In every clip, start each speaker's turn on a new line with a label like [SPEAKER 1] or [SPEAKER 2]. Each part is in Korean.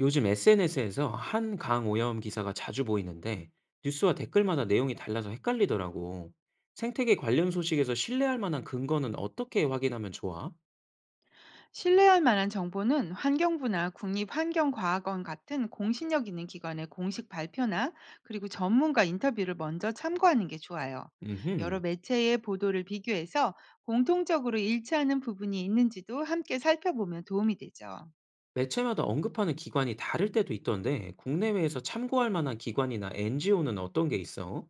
[SPEAKER 1] 요즘 SNS에서 한강 오염 기사가 자주 보이는데 뉴스와 댓글마다 내용이 달라서 헷갈리더라고. 생태계 관련 소식에서 신뢰할 만한 근거는 어떻게 확인하면 좋아?
[SPEAKER 2] 신뢰할 만한 정보는 환경부나 국립환경과학원 같은 공신력 있는 기관의 공식 발표나 그리고 전문가 인터뷰를 먼저 참고하는 게 좋아요. 여러
[SPEAKER 1] 음,
[SPEAKER 2] 매체의 보도를 비교해서 공통적으로 일치하는 부분이 있는지도 함께 살펴보면 도움이 되죠.
[SPEAKER 1] 매체마다 언급하는 기관이 다를 때도 있던데 국내외에서 참고할 만한 기관이나 NGO는 어떤 게 있어?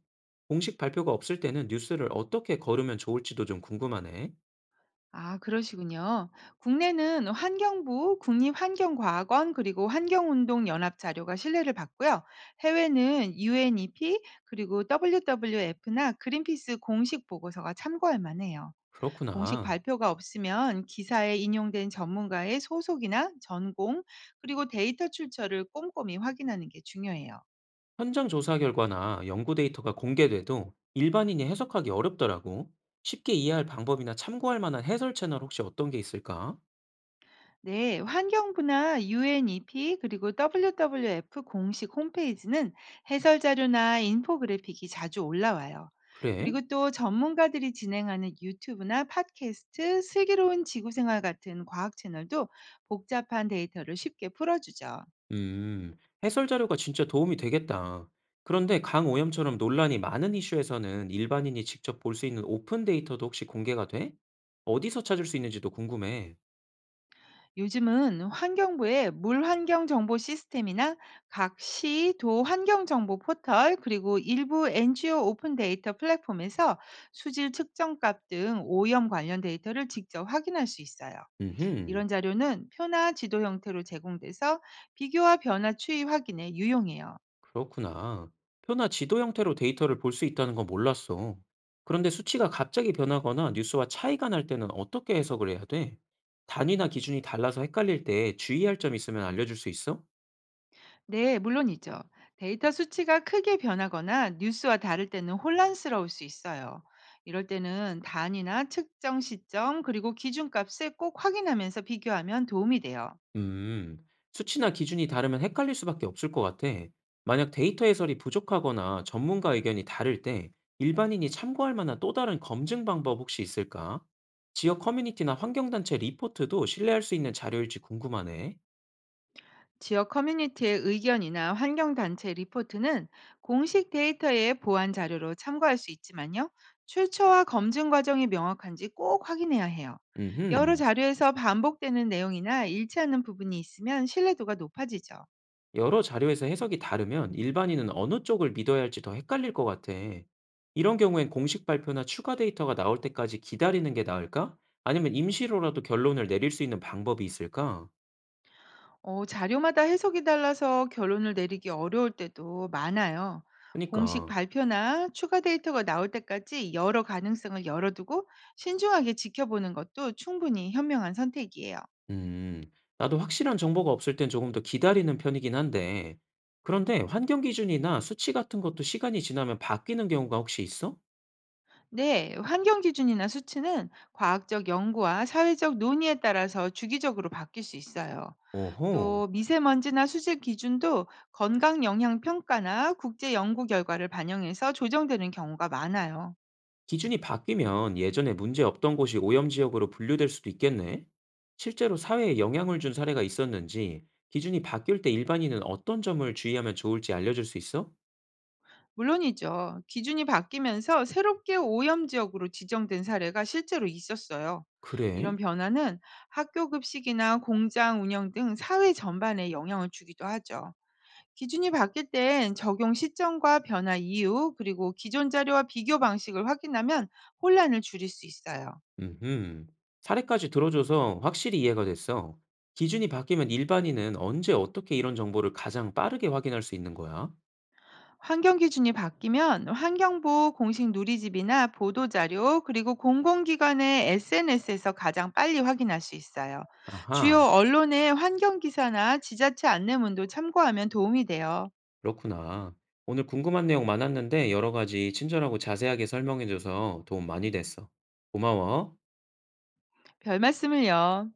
[SPEAKER 1] 공식 발표가 없을 때는 뉴스를 어떻게 거르면 좋을지도 좀 궁금하네.
[SPEAKER 2] 아, 그러시군요. 국내는 환경부, 국립환경과학원, 그리고 환경운동연합 자료가 신뢰를 받고요. 해외는 UNEP, 그리고 WWF나 그린피스 공식 보고서가 참고할 만해요. 공식
[SPEAKER 1] 그렇구나.
[SPEAKER 2] 발표가 없으면 기사에 인용된 전문가의 소속이나 전공, 그리고 데이터 출처를 꼼꼼히 확인하는 게 중요해요.
[SPEAKER 1] 현장 조사 결과나 연구 데이터가 공개돼도 일반인이 해석하기 어렵더라고. 쉽게 이해할 방법이나 참고할 만한 해설 채널 혹시 어떤 게 있을까?
[SPEAKER 2] 네, 환경부나 UNEP 그리고 WWF 공식 홈페이지는 해설 자료나 인포그래픽이 자주 올라와요.
[SPEAKER 1] 그래?
[SPEAKER 2] 그리고 또 전문가들이 진행하는 유튜브나 팟캐스트, 슬기로운 지구생활 같은 과학 채널도 복잡한 데이터를 쉽게 풀어주죠.
[SPEAKER 1] 음, 해설 자료가 진짜 도움이 되겠다. 그런데 강오염처럼 논란이 많은 이슈에서는 일반인이 직접 볼 수 있는 오픈 데이터도 혹시 공개가 돼? 어디서 찾을 수 있는지도 궁금해.
[SPEAKER 2] 요즘은 환경부의 물환경 정보 시스템이나 각 시, 도 환경 정보 포털, 그리고 일부 NGO 오픈 데이터 플랫폼에서 수질 측정값 등 오염 관련 데이터를 직접 확인할 수 있어요.
[SPEAKER 1] 음흠.
[SPEAKER 2] 이런 자료는 표나 지도 형태로 제공돼서 비교와 변화 추이 확인에 유용해요.
[SPEAKER 1] 그렇구나. 표나 지도 형태로 데이터를 볼 수 있다는 건 몰랐어. 그런데 수치가 갑자기 변하거나 뉴스와 차이가 날 때는 어떻게 해석을 해야 돼? 단위나 기준이 달라서 헷갈릴 때 주의할 점 있으면 알려줄 수 있어?
[SPEAKER 2] 네, 물론이죠. 데이터 수치가 크게 변하거나 뉴스와 다를 때는 혼란스러울 수 있어요. 이럴 때는 단위나 측정 시점 그리고 기준값을 꼭 확인하면서 비교하면 도움이 돼요.
[SPEAKER 1] 음, 수치나 기준이 다르면 헷갈릴 수밖에 없을 것 같아. 만약 데이터 해설이 부족하거나 전문가 의견이 다를 때 일반인이 참고할 만한 또 다른 검증 방법 혹시 있을까? 지역 커뮤니티나 환경단체 리포트도 신뢰할 수 있는 자료일지 궁금하네.
[SPEAKER 2] 지역 커뮤니티의 의견이나 환경 단체 리포트는 공식 데이터의 보완 자료로 참고할 수 있지만요. 출처와 검증 과정이 명확한지 꼭 확인해야 해요. 여러
[SPEAKER 1] 음흠.
[SPEAKER 2] 자료에서 반복되는 내용이나 일치하는 부분이 있으면 신뢰도가 높아지죠.
[SPEAKER 1] 여러 자료에서 해석이 다르면 일반인은 어느 쪽을 믿어야 할지 더 헷갈릴 것 같아. 이런 경우엔 공식 발표나 추가 데이터가 나올 때까지 기다리는 게 나을까? 아니면 임시로라도 결론을 내릴 수 있는 방법이 있을까?
[SPEAKER 2] 자료마다 해석이 달라서 결론을 내리기 어려울 때도 많아요. 공식
[SPEAKER 1] 그러니까,
[SPEAKER 2] 발표나 추가 데이터가 나올 때까지 여러 가능성을 열어두고 신중하게 지켜보는 것도 충분히 현명한 선택이에요.
[SPEAKER 1] 음, 나도 확실한 정보가 없을 땐 조금 더 기다리는 편이긴 한데, 그런데 환경 기준이나 수치 같은 것도 시간이 지나면 바뀌는 경우가 혹시 있어?
[SPEAKER 2] 네, 환경 기준이나 수치는 과학적 연구와 사회적 논의에 따라서 주기적으로 바뀔 수 있어요.
[SPEAKER 1] 오호.
[SPEAKER 2] 또 미세먼지나 수질 기준도 건강 영향 평가나 국제 연구 결과를 반영해서 조정되는 경우가 많아요.
[SPEAKER 1] 기준이 바뀌면 예전에 문제 없던 곳이 오염 지역으로 분류될 수도 있겠네? 실제로 사회에 영향을 준 사례가 있었는지, 기준이 바뀔 때 일반인은 어떤 점을 주의하면 좋을지 알려줄 수 있어?
[SPEAKER 2] 물론이죠. 기준이 바뀌면서 새롭게 오염 지역으로 지정된 사례가 실제로 있었어요. 이런
[SPEAKER 1] 그래?
[SPEAKER 2] 변화는 학교 급식이나 공장 운영 등 사회 전반에 영향을 주기도 하죠. 기준이 바뀔 땐 적용 시점과 변화 이유, 그리고 기존 자료와 비교 방식을 확인하면 혼란을 줄일 수 있어요.
[SPEAKER 1] 음흠. 사례까지 들어줘서 확실히 이해가 됐어. 기준이 바뀌면 일반인은 언제 어떻게 이런 정보를 가장 빠르게 확인할 수 있는 거야?
[SPEAKER 2] 환경 기준이 바뀌면 환경부 공식 누리집이나 보도자료 그리고 공공기관의 SNS에서 가장 빨리 확인할 수 있어요. 주요
[SPEAKER 1] 아하,
[SPEAKER 2] 언론의 환경 기사나 지자체 안내문도 참고하면 도움이 돼요.
[SPEAKER 1] 그렇구나. 오늘 궁금한 내용 많았는데 여러 가지 친절하고 자세하게 설명해줘서 도움 많이 됐어. 고마워.
[SPEAKER 2] 별 말씀을요.